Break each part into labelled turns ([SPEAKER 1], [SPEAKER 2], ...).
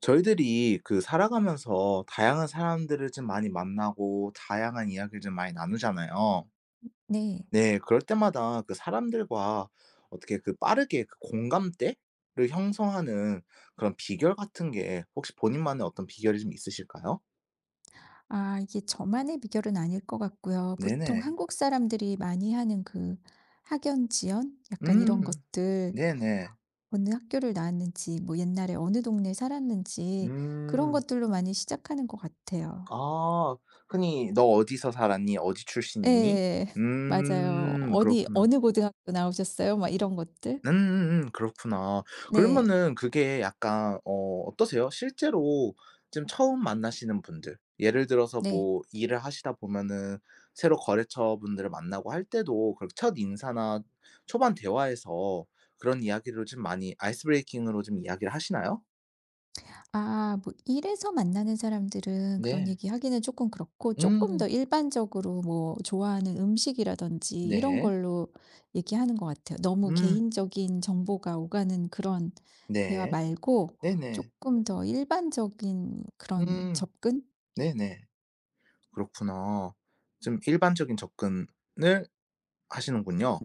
[SPEAKER 1] 저희들이 살아가면서 다양한 사람들을 좀 많이 만나고 다양한 이야기를 좀 많이 나누잖아요.
[SPEAKER 2] 네.
[SPEAKER 1] 네. 그럴 때마다 그 사람들과 어떻게 빠르게 공감대를 형성하는 그런 비결 같은 게 혹시 본인만의 어떤 비결이 좀 있으실까요?
[SPEAKER 2] 이게 저만의 비결은 아닐 것 같고요. 보통
[SPEAKER 1] 네네.
[SPEAKER 2] 한국 사람들이 많이 하는 그 학연 지연 약간 이런
[SPEAKER 1] 음.
[SPEAKER 2] 것들
[SPEAKER 1] 네네.
[SPEAKER 2] 어느 학교를 나왔는지 뭐 옛날에 어느 동네에 살았는지 그런
[SPEAKER 1] 음.
[SPEAKER 2] 것들로 많이 시작하는 것 같아요.
[SPEAKER 1] 아. 흔히 "너 어디서 살았니? 어디
[SPEAKER 2] 예.
[SPEAKER 1] 출신이니?"
[SPEAKER 2] 맞아요.
[SPEAKER 1] 음.
[SPEAKER 2] 어디
[SPEAKER 1] 그렇구나.
[SPEAKER 2] "어느 고등학교 나오셨어요?" 막 이런 것들.
[SPEAKER 1] 그렇구나.
[SPEAKER 2] 네.
[SPEAKER 1] 그러면은 그게 약간 어떠세요? 실제로 지금 처음 만나시는 분들 예를 들어서
[SPEAKER 2] 네.
[SPEAKER 1] 뭐 일을 하시다 보면은 새로 거래처분들을 만나고 할 때도 그렇게 첫 인사나 초반 대화에서 그런 이야기를 좀 많이 아이스 브레이킹으로 좀 이야기를 하시나요?
[SPEAKER 2] 뭐 일에서 만나는 사람들은 그런
[SPEAKER 1] 네.
[SPEAKER 2] 얘기하기는 조금 그렇고 조금 더
[SPEAKER 1] 음.
[SPEAKER 2] 일반적으로 뭐 좋아하는 음식이라든지 이런
[SPEAKER 1] 네.
[SPEAKER 2] 걸로 얘기하는 것 같아요. 너무
[SPEAKER 1] 음.
[SPEAKER 2] 개인적인 정보가 오가는 그런 대화
[SPEAKER 1] 네.
[SPEAKER 2] 말고
[SPEAKER 1] 네네.
[SPEAKER 2] 조금 더 일반적인 그런
[SPEAKER 1] 음.
[SPEAKER 2] 접근?
[SPEAKER 1] 네네. 그렇구나. 좀 일반적인 접근을 하시는군요.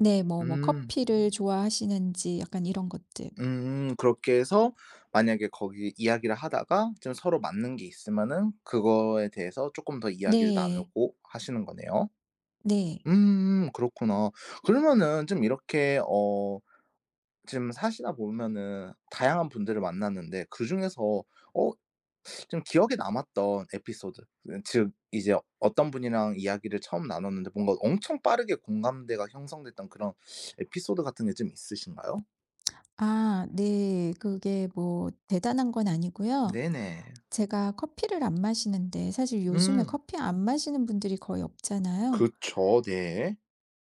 [SPEAKER 2] 네. 뭐
[SPEAKER 1] 음.
[SPEAKER 2] 커피를 좋아하시는지 약간 이런 것들.
[SPEAKER 1] 그렇게 해서 만약에 거기 이야기를 하다가 좀 서로 맞는 게 있으면은 그거에 대해서 조금 더 이야기를
[SPEAKER 2] 네.
[SPEAKER 1] 나누고 하시는 거네요.
[SPEAKER 2] 네.
[SPEAKER 1] 그렇구나. 그러면은 좀 이렇게 지금 사시다 보면은 다양한 분들을 만났는데 그중에서 어 좀 기억에 남았던 에피소드, 즉 이제 어떤 분이랑 이야기를 처음 나눴는데 뭔가 엄청 빠르게 공감대가 형성됐던 그런 에피소드 같은 게 좀 있으신가요?
[SPEAKER 2] 네. 그게 뭐 대단한 건 아니고요.
[SPEAKER 1] 네네.
[SPEAKER 2] 제가 커피를 안 마시는데 사실 요즘에
[SPEAKER 1] 음.
[SPEAKER 2] 커피 안 마시는 분들이 거의 없잖아요.
[SPEAKER 1] 그쵸. 네.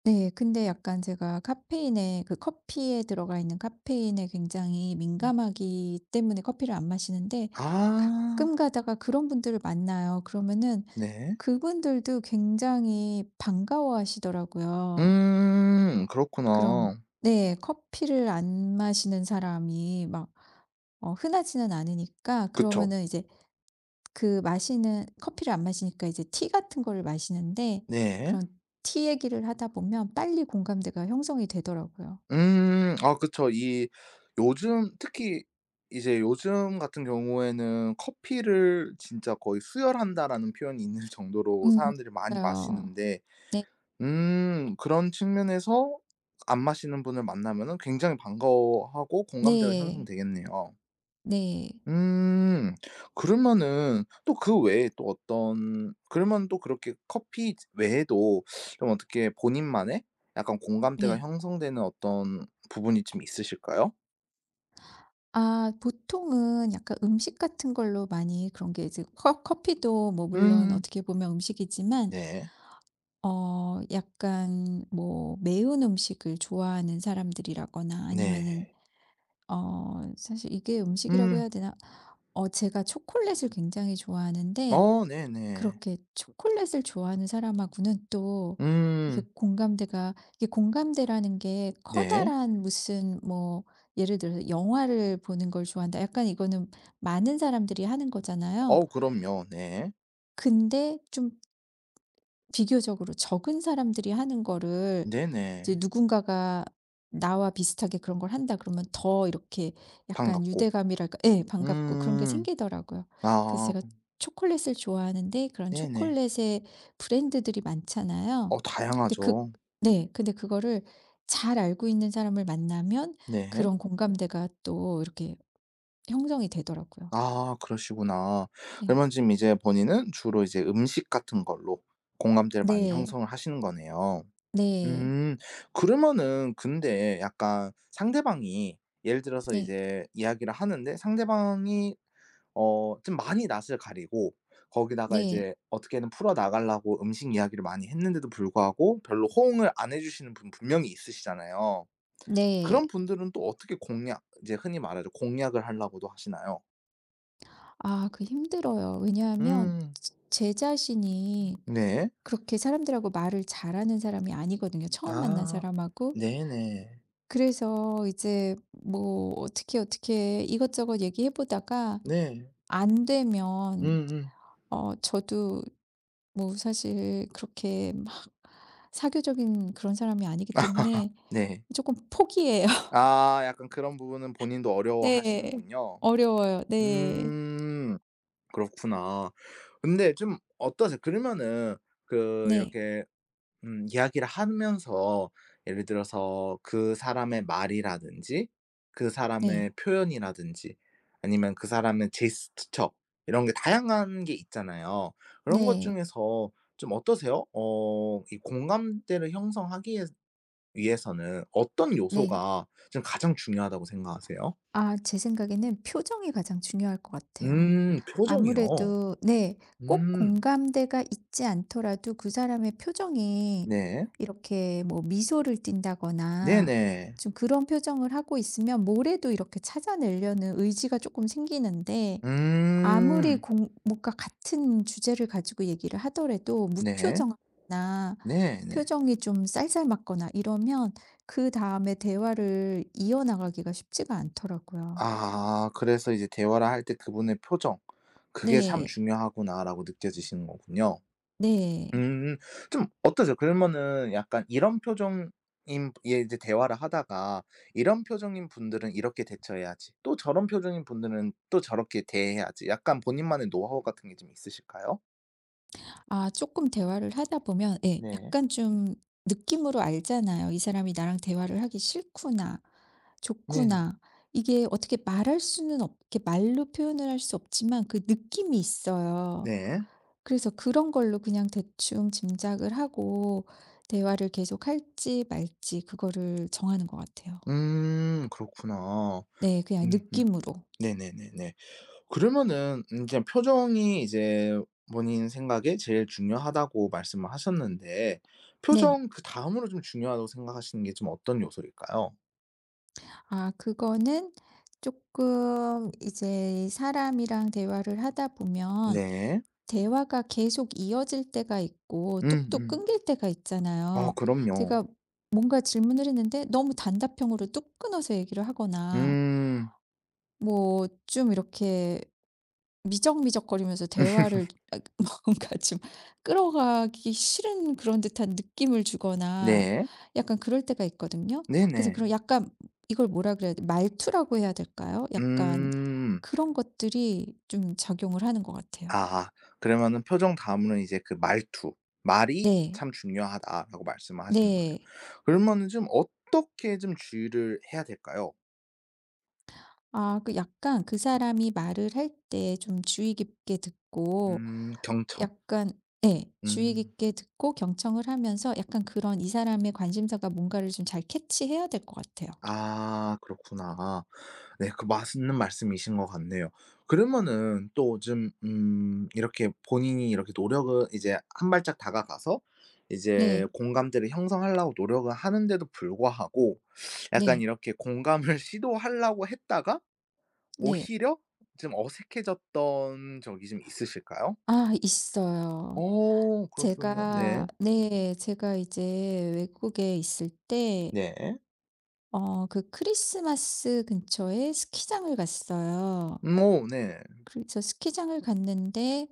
[SPEAKER 2] 네. 근데 약간 제가 카페인에 그 커피에 들어가 있는 카페인에 굉장히
[SPEAKER 1] 음.
[SPEAKER 2] 민감하기 때문에 커피를 안 마시는데
[SPEAKER 1] 아
[SPEAKER 2] 가끔 가다가 그런 분들을 만나요. 그러면은
[SPEAKER 1] 네.
[SPEAKER 2] 그분들도 굉장히 반가워하시더라고요.
[SPEAKER 1] 음.
[SPEAKER 2] 그런
[SPEAKER 1] 그렇구나.
[SPEAKER 2] 네. 커피를 안 마시는 사람이 막 흔하지는 않으니까
[SPEAKER 1] 그쵸.
[SPEAKER 2] 그러면은 이제 그 마시는 커피를 안 마시니까 이제 티 같은 거를 마시는데
[SPEAKER 1] 네.
[SPEAKER 2] 그런 티 얘기를 하다 보면 빨리 공감대가 형성이 되더라고요.
[SPEAKER 1] 음. 아 그쵸. 이 요즘 특히 이제 요즘 같은 경우에는 "커피를 진짜 거의 수혈한다."라는 표현이 있는 정도로
[SPEAKER 2] 음.
[SPEAKER 1] 사람들이 많이
[SPEAKER 2] 맞아요.
[SPEAKER 1] 마시는데
[SPEAKER 2] 네.
[SPEAKER 1] 그런 측면에서 안 마시는 분을 만나면은 굉장히 반가워하고 공감대가
[SPEAKER 2] 네.
[SPEAKER 1] 형성되겠네요.
[SPEAKER 2] 네.
[SPEAKER 1] 음. 그러면은 또 그 외에 또 어떤, 그러면 또 그렇게 커피 외에도 좀 어떻게 본인만의 약간 공감대가
[SPEAKER 2] 네.
[SPEAKER 1] 형성되는 어떤 부분이 좀 있으실까요?
[SPEAKER 2] 보통은 약간 음식 같은 걸로 많이 그런 게 이제 커 커피도 뭐 물론
[SPEAKER 1] 음.
[SPEAKER 2] 어떻게 보면 음식이지만
[SPEAKER 1] 네.
[SPEAKER 2] 약간 뭐 매운 음식을 좋아하는 사람들이라거나 아니면은
[SPEAKER 1] 네.
[SPEAKER 2] 사실 이게 음식이라고
[SPEAKER 1] 음.
[SPEAKER 2] 해야 되나? 제가 초콜릿을 굉장히 좋아하는데
[SPEAKER 1] 어 네네.
[SPEAKER 2] 그렇게 초콜릿을 좋아하는 사람하고는 또 이게
[SPEAKER 1] 음.
[SPEAKER 2] 공감대가 이게 공감대라는 게
[SPEAKER 1] 네.
[SPEAKER 2] 커다란 무슨 뭐 예를 들어서 영화를 보는 걸 좋아한다. 약간 이거는 많은 사람들이 하는 거잖아요.
[SPEAKER 1] 어 그럼요. 네.
[SPEAKER 2] 근데 좀 비교적으로 적은 사람들이 하는 거를
[SPEAKER 1] 네네.
[SPEAKER 2] 이제 누군가가 나와 비슷하게 그런 걸 한다 그러면 더 이렇게 약간
[SPEAKER 1] 반갑고.
[SPEAKER 2] 유대감이랄까 예 반갑고 그런 게
[SPEAKER 1] 음.
[SPEAKER 2] 생기더라고요. 그래서
[SPEAKER 1] 아
[SPEAKER 2] 제가 초콜릿을 좋아하는데 그런
[SPEAKER 1] 네네.
[SPEAKER 2] 초콜릿의 브랜드들이 많잖아요.
[SPEAKER 1] 어
[SPEAKER 2] 근데 그
[SPEAKER 1] 다양하죠.
[SPEAKER 2] 네. 근데 그거를 잘 알고 있는 사람을 만나면
[SPEAKER 1] 네.
[SPEAKER 2] 그런 공감대가 또 이렇게 형성이 되더라고요.
[SPEAKER 1] 아 그러시구나.
[SPEAKER 2] 네.
[SPEAKER 1] 그러면 지금 이제 본인은 주로 이제 음식 같은 걸로 공감대를 많이
[SPEAKER 2] 네.
[SPEAKER 1] 형성을 하시는 거네요.
[SPEAKER 2] 네.
[SPEAKER 1] 음 그러면은 근데 약간 상대방이 예를 들어서
[SPEAKER 2] 네.
[SPEAKER 1] 이제 이야기를 하는데 상대방이 좀 많이 낯을 가리고 거기다가
[SPEAKER 2] 네.
[SPEAKER 1] 이제 어떻게든 풀어 나가려고 음식 이야기를 많이 했는데도 불구하고 별로 호응을 안 해 주시는 분, 분명히 있으시잖아요.
[SPEAKER 2] 네.
[SPEAKER 1] 그런 분들은 또 어떻게 공략, 이제 흔히 말하죠, 공략을 하려고도 하시나요?
[SPEAKER 2] 그 힘들어요. 왜냐하면
[SPEAKER 1] 음.
[SPEAKER 2] 제 자신이
[SPEAKER 1] 네.
[SPEAKER 2] 그렇게 사람들하고 말을 잘하는 사람이 아니거든요, 처음 만난
[SPEAKER 1] 아.
[SPEAKER 2] 사람하고.
[SPEAKER 1] 네네.
[SPEAKER 2] 그래서 이제 뭐 어떻게, 이것저것 얘기해 보다가
[SPEAKER 1] 네.
[SPEAKER 2] 안 되면
[SPEAKER 1] 음음.
[SPEAKER 2] 저도 뭐 사실 그렇게 막 사교적인 그런 사람이 아니기 때문에
[SPEAKER 1] 네.
[SPEAKER 2] 조금 포기해요.
[SPEAKER 1] 아 약간 그런 부분은 본인도
[SPEAKER 2] 네.
[SPEAKER 1] 어려워하시는군요.
[SPEAKER 2] 어려워요. 네.
[SPEAKER 1] 음. 그렇구나. 근데 좀 어떠세요? 그러면은
[SPEAKER 2] 네.
[SPEAKER 1] 이렇게 이야기를 하면서 예를 들어서 그 사람의 말이라든지 그
[SPEAKER 2] 네.
[SPEAKER 1] 사람의 표현이라든지 아니면 그 사람의 제스처, 이런 게 다양한 게 있잖아요. 그런 것
[SPEAKER 2] 네.
[SPEAKER 1] 중에서 좀 어떠세요? 이 공감대를 형성하기 위해서는 어떤, 네,
[SPEAKER 2] 네.
[SPEAKER 1] 요소가 좀 가장 중요하다고 생각하세요?
[SPEAKER 2] 제 생각에는 표정이 가장 중요할 것
[SPEAKER 1] 음.
[SPEAKER 2] 같아요.
[SPEAKER 1] 표정이요.
[SPEAKER 2] 아무래도 네. 꼭
[SPEAKER 1] 음.
[SPEAKER 2] 공감대가 있지 않더라도 그 사람의 표정이
[SPEAKER 1] 네.
[SPEAKER 2] 이렇게 뭐 미소를 띈다거나
[SPEAKER 1] 네네.
[SPEAKER 2] 좀 그런 표정을 하고 있으면 모래도 이렇게 찾아내려는 의지가 조금 생기는데 아무리
[SPEAKER 1] 음.
[SPEAKER 2] 공 뭔가 같은 주제를 가지고 얘기를 하더라도 무표
[SPEAKER 1] 네.
[SPEAKER 2] 정이나
[SPEAKER 1] 네네.
[SPEAKER 2] 표정이 좀 쌀쌀맞거나 이러면 그다음에 대화를 이어나가기가 쉽지가 않더라고요.
[SPEAKER 1] 아 그래서 이제 대화를 할 때 그분의 표정, '그게 참
[SPEAKER 2] 네.
[SPEAKER 1] 중요하구나.'라고 느껴지시는 거군요.
[SPEAKER 2] 네.
[SPEAKER 1] 음. 좀 어떠세요? 그러면은 약간 이런 표정인, 예, 이제 대화를 하다가 이런 표정인 분들은 이렇게 대처해야지 또 저런 표정인 분들은 또 저렇게 대해야지, 약간 본인만의 노하우 같은 게 좀 있으실까요?
[SPEAKER 2] 조금 대화를 하다 보면 예
[SPEAKER 1] 네.
[SPEAKER 2] 약간 좀 느낌으로 알잖아요. '이 사람이 나랑 대화를 하기 싫구나.
[SPEAKER 1] 네네.
[SPEAKER 2] 좋구나.' 이게 어떻게 말할 수는 없 이렇게 말로 표현을 할 수 없지만 그 느낌이 있어요.
[SPEAKER 1] 네.
[SPEAKER 2] 그래서 그런 걸로 그냥 대충 짐작을 하고 대화를 계속할지 말지 그거를 정하는 것 같아요.
[SPEAKER 1] 그렇구나.
[SPEAKER 2] 네. 그냥
[SPEAKER 1] 음음.
[SPEAKER 2] 느낌으로.
[SPEAKER 1] 네네네네. 그러면은 이제 표정이 이제 본인 생각에 제일 중요하다고 말씀을 하셨는데,
[SPEAKER 2] 네.
[SPEAKER 1] 표정 그다음으로 좀 중요하다고 생각하시는 게 좀 어떤 요소일까요?
[SPEAKER 2] 그거는 조금 이제 사람이랑 대화를 하다 보면
[SPEAKER 1] 네.
[SPEAKER 2] 대화가 계속 이어질 때가 있고 뚝뚝
[SPEAKER 1] 음음.
[SPEAKER 2] 끊길 때가
[SPEAKER 1] 아
[SPEAKER 2] 있잖아요.
[SPEAKER 1] 그럼요.
[SPEAKER 2] 제가 뭔가 질문을 했는데 너무 단답형으로 뚝 끊어서 얘기를 하거나
[SPEAKER 1] 음.
[SPEAKER 2] 뭐 좀 이렇게 미적미적거리면서 대화를 뭔가 좀 끌어가기 싫은 그런 듯한 느낌을 주거나
[SPEAKER 1] 네.
[SPEAKER 2] 약간 그럴 때가 있거든요. 그래서
[SPEAKER 1] 네네.
[SPEAKER 2] 그런 약간 이걸 뭐라 그래야 돼 말투라고 해야 될까요? 약간
[SPEAKER 1] 음.
[SPEAKER 2] 그런 것들이 좀 작용을 하는 것 같아요.
[SPEAKER 1] 아 그러면은 표정 다음으로는 이제 그 말투, 말이
[SPEAKER 2] 네.
[SPEAKER 1] 참 중요하다라고 말씀을 하시는 거네요.
[SPEAKER 2] 네.
[SPEAKER 1] 그러면은 좀 어떻게 좀 주의를 해야 될까요?
[SPEAKER 2] 그 약간 그 사람이 말을 할 때 좀 주의 깊게 듣고
[SPEAKER 1] 경청.
[SPEAKER 2] 약간 예. 주의
[SPEAKER 1] 음.
[SPEAKER 2] 깊게 듣고 경청을 하면서 약간 그런 이 사람의 관심사가 뭔가를 좀 잘 캐치해야 될 것 같아요.
[SPEAKER 1] 아 그렇구나. 네, 맞는 말씀이신 것 같네요. 그러면은 또 좀 이렇게 본인이 이렇게 노력을 이제 한 발짝 다가가서 이제
[SPEAKER 2] 네.
[SPEAKER 1] 공감대를 형성하려고 노력을 하는데도 불구하고 약간
[SPEAKER 2] 네.
[SPEAKER 1] 이렇게 공감을 시도하려고 했다가
[SPEAKER 2] 네.
[SPEAKER 1] 오히려 좀 어색해졌던 적이 좀 있으실까요?
[SPEAKER 2] 있어요.
[SPEAKER 1] 오 그러시군요.
[SPEAKER 2] 제가
[SPEAKER 1] 네.
[SPEAKER 2] 네. 제가 이제 외국에 있을 때
[SPEAKER 1] 네.
[SPEAKER 2] 그 크리스마스 근처에 스키장을 갔어요.
[SPEAKER 1] 음. 오, 네.
[SPEAKER 2] 그래서 스키장을 갔는데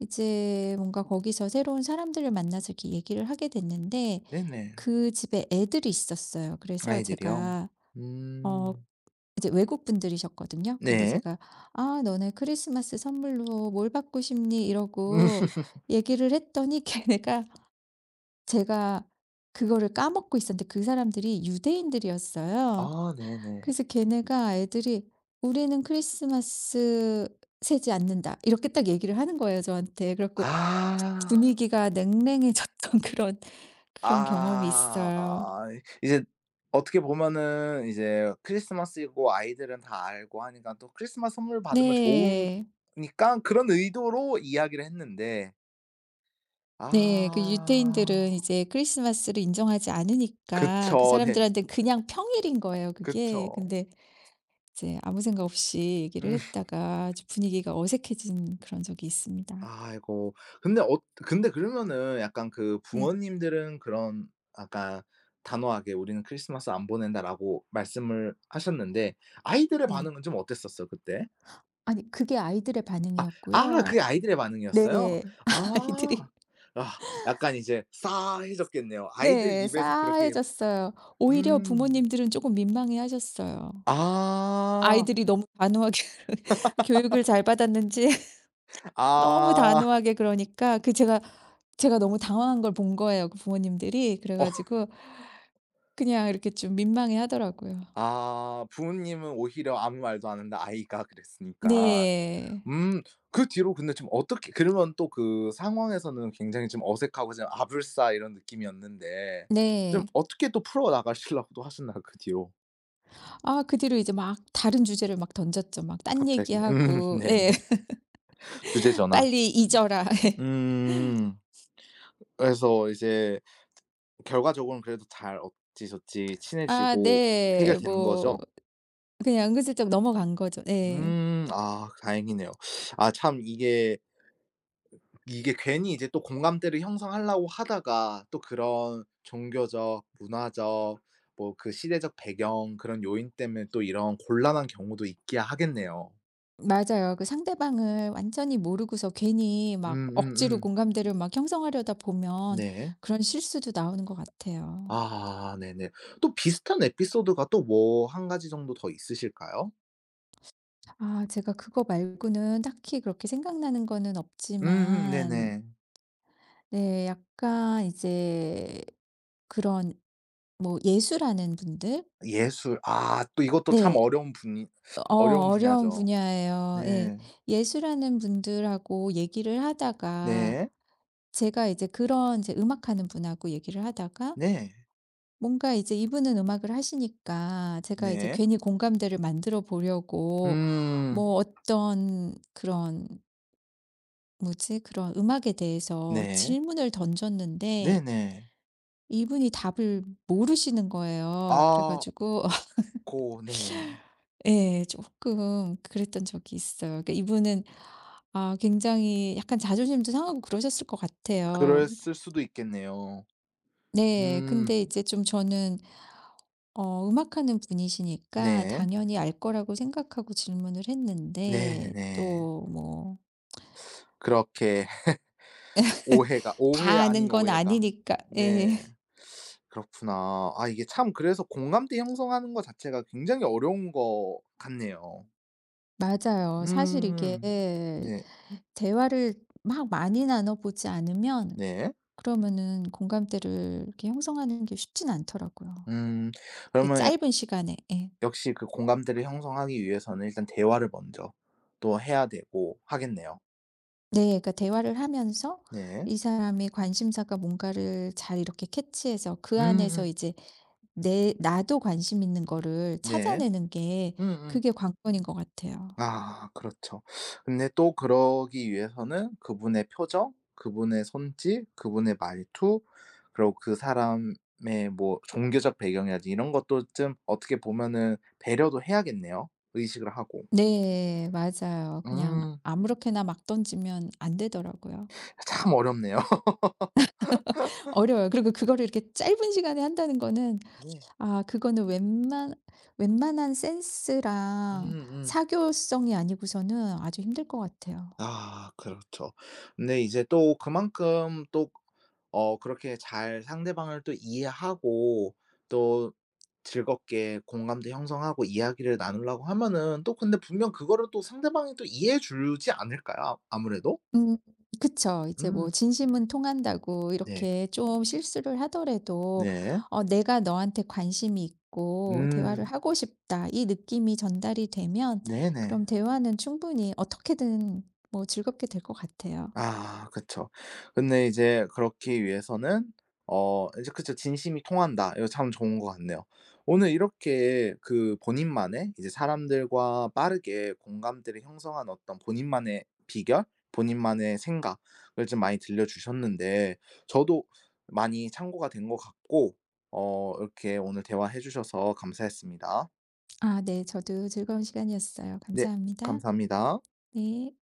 [SPEAKER 2] 이제 뭔가 거기서 새로운 사람들을 만나서 이렇게 얘기를 하게 됐는데
[SPEAKER 1] 네네.
[SPEAKER 2] 그 집에 애들이 있었어요. 그래서
[SPEAKER 1] 아이들이요?
[SPEAKER 2] 제가 어
[SPEAKER 1] 음.
[SPEAKER 2] 이제 외국 분들이셨거든요. 근데
[SPEAKER 1] 네.
[SPEAKER 2] 제가 너네 크리스마스 선물로 뭘 받고 싶니?" 이러고 얘기를 했더니 걔네가 제가 그거를 까먹고 있었는데 그 사람들이 유대인들이었어요.
[SPEAKER 1] 아 네네.
[SPEAKER 2] 그래서 걔네가 애들이 "우리는 크리스마스 세지 않는다." 이렇게 딱 얘기를 하는 거예요, 저한테. 그래 갖고
[SPEAKER 1] 아.
[SPEAKER 2] 분위기가 냉랭해졌던 그런 그런 경험이
[SPEAKER 1] 아.
[SPEAKER 2] 있어요.
[SPEAKER 1] 이제 어떻게 보면은 이제 크리스마스이고 아이들은 다 알고 하니까 또 크리스마스 선물 받으면
[SPEAKER 2] 네.
[SPEAKER 1] 좋으니까 그런 의도로 이야기를 했는데.
[SPEAKER 2] 네. 그 유태인들은
[SPEAKER 1] 아.
[SPEAKER 2] 이제 크리스마스를 인정하지 않으니까 그 사
[SPEAKER 1] 그쵸.
[SPEAKER 2] 람들
[SPEAKER 1] 네.
[SPEAKER 2] 한테 그냥 평일인 거예요 그게.
[SPEAKER 1] 그쵸.
[SPEAKER 2] 근데 이제 아무 생각 없이 얘기를
[SPEAKER 1] 음.
[SPEAKER 2] 했다가 아주 분위기가 어색해진 그런 적이 있습니다.
[SPEAKER 1] 아이고. 근데 어 근데 그러면은 약간 그
[SPEAKER 2] 네.
[SPEAKER 1] 부모님들은 그런 아까 단호하게 "우리는 크리스마스 안 보낸다."라고 말씀을 하셨는데, 아이들의
[SPEAKER 2] 네.
[SPEAKER 1] 반응은 좀 어땠었어요 그때?
[SPEAKER 2] 아니 그게 아이들의
[SPEAKER 1] 아 그게
[SPEAKER 2] 반응이었고요.
[SPEAKER 1] 아이들의 반응이었어요?
[SPEAKER 2] 네.
[SPEAKER 1] 아.
[SPEAKER 2] 아이들이
[SPEAKER 1] 아 약간 이제 싸해졌겠네요. 아이들
[SPEAKER 2] 네.
[SPEAKER 1] 입에서 그렇게.
[SPEAKER 2] 싸해졌어요. 오히려
[SPEAKER 1] 음.
[SPEAKER 2] 부모님들은 조금 민망해하셨어요.
[SPEAKER 1] 아.
[SPEAKER 2] 아이들이 너무 단호하게 교육을 잘 받았는지 너무
[SPEAKER 1] 아.
[SPEAKER 2] 단호하게 그러니까 그 제가 너무 당황한 걸 본 거예요, 그 부모님들이. 그래
[SPEAKER 1] 어
[SPEAKER 2] 가지고 그냥 이렇게 좀 민망해 하더라고요.
[SPEAKER 1] 아, 부모님은 오히려 아무 말도 안 했는데 아이가 그랬으니까.
[SPEAKER 2] 네.
[SPEAKER 1] 음. 그 뒤로 근데 좀 어떻게, 그러면 또 그 상황에서는 굉장히 좀 어색하고 좀 아불싸 이런 느낌이었는데 좀
[SPEAKER 2] 네.
[SPEAKER 1] 어떻게 또 풀어나가시려고 또 하셨나요, 그 뒤로?
[SPEAKER 2] 그 뒤로 이제 막 다른 주제를 막 던졌죠. 막 딴
[SPEAKER 1] 갑자기? 음.
[SPEAKER 2] 얘기하고
[SPEAKER 1] 네네.
[SPEAKER 2] 예.
[SPEAKER 1] 주제 전환.
[SPEAKER 2] "빨리 잊어라."
[SPEAKER 1] 음. 그래서 이제 결과적으로는 그래도 잘 어찌저찌 친해지고
[SPEAKER 2] 네.
[SPEAKER 1] 해결되는
[SPEAKER 2] 뭐
[SPEAKER 1] 거죠?
[SPEAKER 2] 그냥 은근슬쩍 넘어간 거죠. 네.
[SPEAKER 1] 음. 아 다행이네요. 아 참, 이게 괜히 이제 또 공감대를 형성하려고 하다가 또 그런 종교적, 문화적, 뭐 그 시대적 배경, 그런 요인 때문에 또 이런 곤란한 경우도 있기야 하겠네요.
[SPEAKER 2] 맞아요. 그 상대방을 완전히 모르고서 괜히 막 억지로
[SPEAKER 1] 음음음.
[SPEAKER 2] 공감대를 막 형성하려다 보면
[SPEAKER 1] 네.
[SPEAKER 2] 그런 실수도 나오는 것 같아요.
[SPEAKER 1] 아 네네. 또 비슷한 에피소드가 또 뭐 한 가지 정도 더 있으실까요?
[SPEAKER 2] 제가 그거 말고는 딱히 그렇게 생각나는 거는
[SPEAKER 1] 음음
[SPEAKER 2] 없지만
[SPEAKER 1] 네네.
[SPEAKER 2] 네 약간 이제 그런 뭐 예술하는 분들?
[SPEAKER 1] 예술. 아 또 이것도 참
[SPEAKER 2] 네.
[SPEAKER 1] 어려운 분이. 어려운
[SPEAKER 2] 어려운
[SPEAKER 1] 분야죠.
[SPEAKER 2] 분야예요. 예.
[SPEAKER 1] 네.
[SPEAKER 2] 예술하는 분들하고 얘기를 하다가
[SPEAKER 1] 네.
[SPEAKER 2] 제가 이제 그런 이제 음악하는 분하고 얘기를 하다가
[SPEAKER 1] 네.
[SPEAKER 2] 뭔가 이제 이분은 음악을 하시니까 제가 이제
[SPEAKER 1] 네.
[SPEAKER 2] 괜히 공감대를 만들어 보려고
[SPEAKER 1] 음.
[SPEAKER 2] 뭐 어떤 그런 뭐지? 그런 음악에 대해서
[SPEAKER 1] 네.
[SPEAKER 2] 질문을 던졌는데
[SPEAKER 1] 네네.
[SPEAKER 2] 이분이 답을 모르시는 거예요. 그래
[SPEAKER 1] 아.
[SPEAKER 2] 가지고
[SPEAKER 1] 고 네.
[SPEAKER 2] 예 조금 그랬던 적이 있어요. 그러니까 이분은 굉장히 약간 자존심도 상하고 그러셨을 것 같아요.
[SPEAKER 1] 그랬을 수도 있겠네요.
[SPEAKER 2] 네.
[SPEAKER 1] 음.
[SPEAKER 2] 근데 이제 좀 저는 음악하는 분이시니까
[SPEAKER 1] 네.
[SPEAKER 2] 당연히 알 거라고 생각하고 질문을 했는데
[SPEAKER 1] 네네네.
[SPEAKER 2] 또 뭐
[SPEAKER 1] 그렇게 오해가, 오해
[SPEAKER 2] 다 아는
[SPEAKER 1] 아닌
[SPEAKER 2] 건
[SPEAKER 1] 오해가.
[SPEAKER 2] 아니니까 예.
[SPEAKER 1] 네. 그렇구나. 아 이게 참 그래서 공감대 형성하는 거 자체가 굉장히 어려운 것 같네요.
[SPEAKER 2] 맞아요. 사실 이게
[SPEAKER 1] 음. 네.
[SPEAKER 2] 대화를 막 많이 나눠보지 않으면
[SPEAKER 1] 네.
[SPEAKER 2] 그러면은 공감대를 이렇게 형성하는 게 쉽진 않더라고요.
[SPEAKER 1] 음.
[SPEAKER 2] 그
[SPEAKER 1] 그러면 역
[SPEAKER 2] 짧은 시간에. 예.
[SPEAKER 1] 역시 그 공감대를 형성하기 위해서는 일단 대화를 먼저 또 해야 되고 하겠네요.
[SPEAKER 2] 네. 그러니까 대화를 하면서
[SPEAKER 1] 네.
[SPEAKER 2] 이 사람의 관심사가 뭔가를 잘 이렇게 캐치해서 그
[SPEAKER 1] 음음.
[SPEAKER 2] 안에서 이제 내 나도 관심 있는 거를
[SPEAKER 1] 네.
[SPEAKER 2] 찾아내는 게
[SPEAKER 1] 음음.
[SPEAKER 2] 그게 관건인 것 같아요.
[SPEAKER 1] 아 그렇죠. 근데 또 그러기 위해서는 그분의 표정, 그분의 손짓, 그분의 말투, 그리고 그 사람의 뭐 종교적 배경이라든지 이런 것도 좀 어떻게 보면은 배려도 해야겠네요, 의식을 하고.
[SPEAKER 2] 네. 맞아요. 그냥
[SPEAKER 1] 음.
[SPEAKER 2] 아무렇게나 막 던지면 안 되더라고요.
[SPEAKER 1] 참 어렵네요.
[SPEAKER 2] 어려워요. 그리고 그거를 이렇게 짧은 시간에 한다는 거는
[SPEAKER 1] 네.
[SPEAKER 2] 그거는 웬만한 센스랑
[SPEAKER 1] 음음.
[SPEAKER 2] 사교성이 아니고서는 아주 힘들 것 같아요.
[SPEAKER 1] 아 그렇죠. 근데 이제 또 그만큼 또 그렇게 잘 상대방을 또 이해하고 또 즐겁게 공감대 형성하고 이야기를 나누려고 하면은 또 근데 분명 그거를 또 상대방이 또 이해해 주지 않을까요? 아 아무래도?
[SPEAKER 2] 음 그쵸. 이제
[SPEAKER 1] 음.
[SPEAKER 2] 뭐 진심은 통한다고
[SPEAKER 1] 네.
[SPEAKER 2] 이렇게 좀 실수를 하더라도
[SPEAKER 1] 네.
[SPEAKER 2] '내가 너한테 관심이 있고 대화를
[SPEAKER 1] 음.
[SPEAKER 2] 하고 싶다.' 이 느낌이 전달이 되면
[SPEAKER 1] 네네.
[SPEAKER 2] 그럼 대화는 충분히 어떻게든 뭐 즐겁게 될 것 같아요.
[SPEAKER 1] 아 그쵸. 근데 이제 그렇기 위해서는 이제, 그쵸, '진심이 통한다.' 이거 참 좋은 것 같네요. 오늘 이렇게 본인만의 이제 사람들과 빠르게 공감대를 형성한 어떤 본인만의 비결, 본인만의 생각을 좀 많이 들려주셨는데 저도 많이 참고가 된것 같고 이렇게 오늘 대화해 주셔서 감사했습니다.
[SPEAKER 2] 네. 저도 즐거운 시간이었어요.
[SPEAKER 1] 네,
[SPEAKER 2] 감사합니다.
[SPEAKER 1] 감사합니다.
[SPEAKER 2] 네.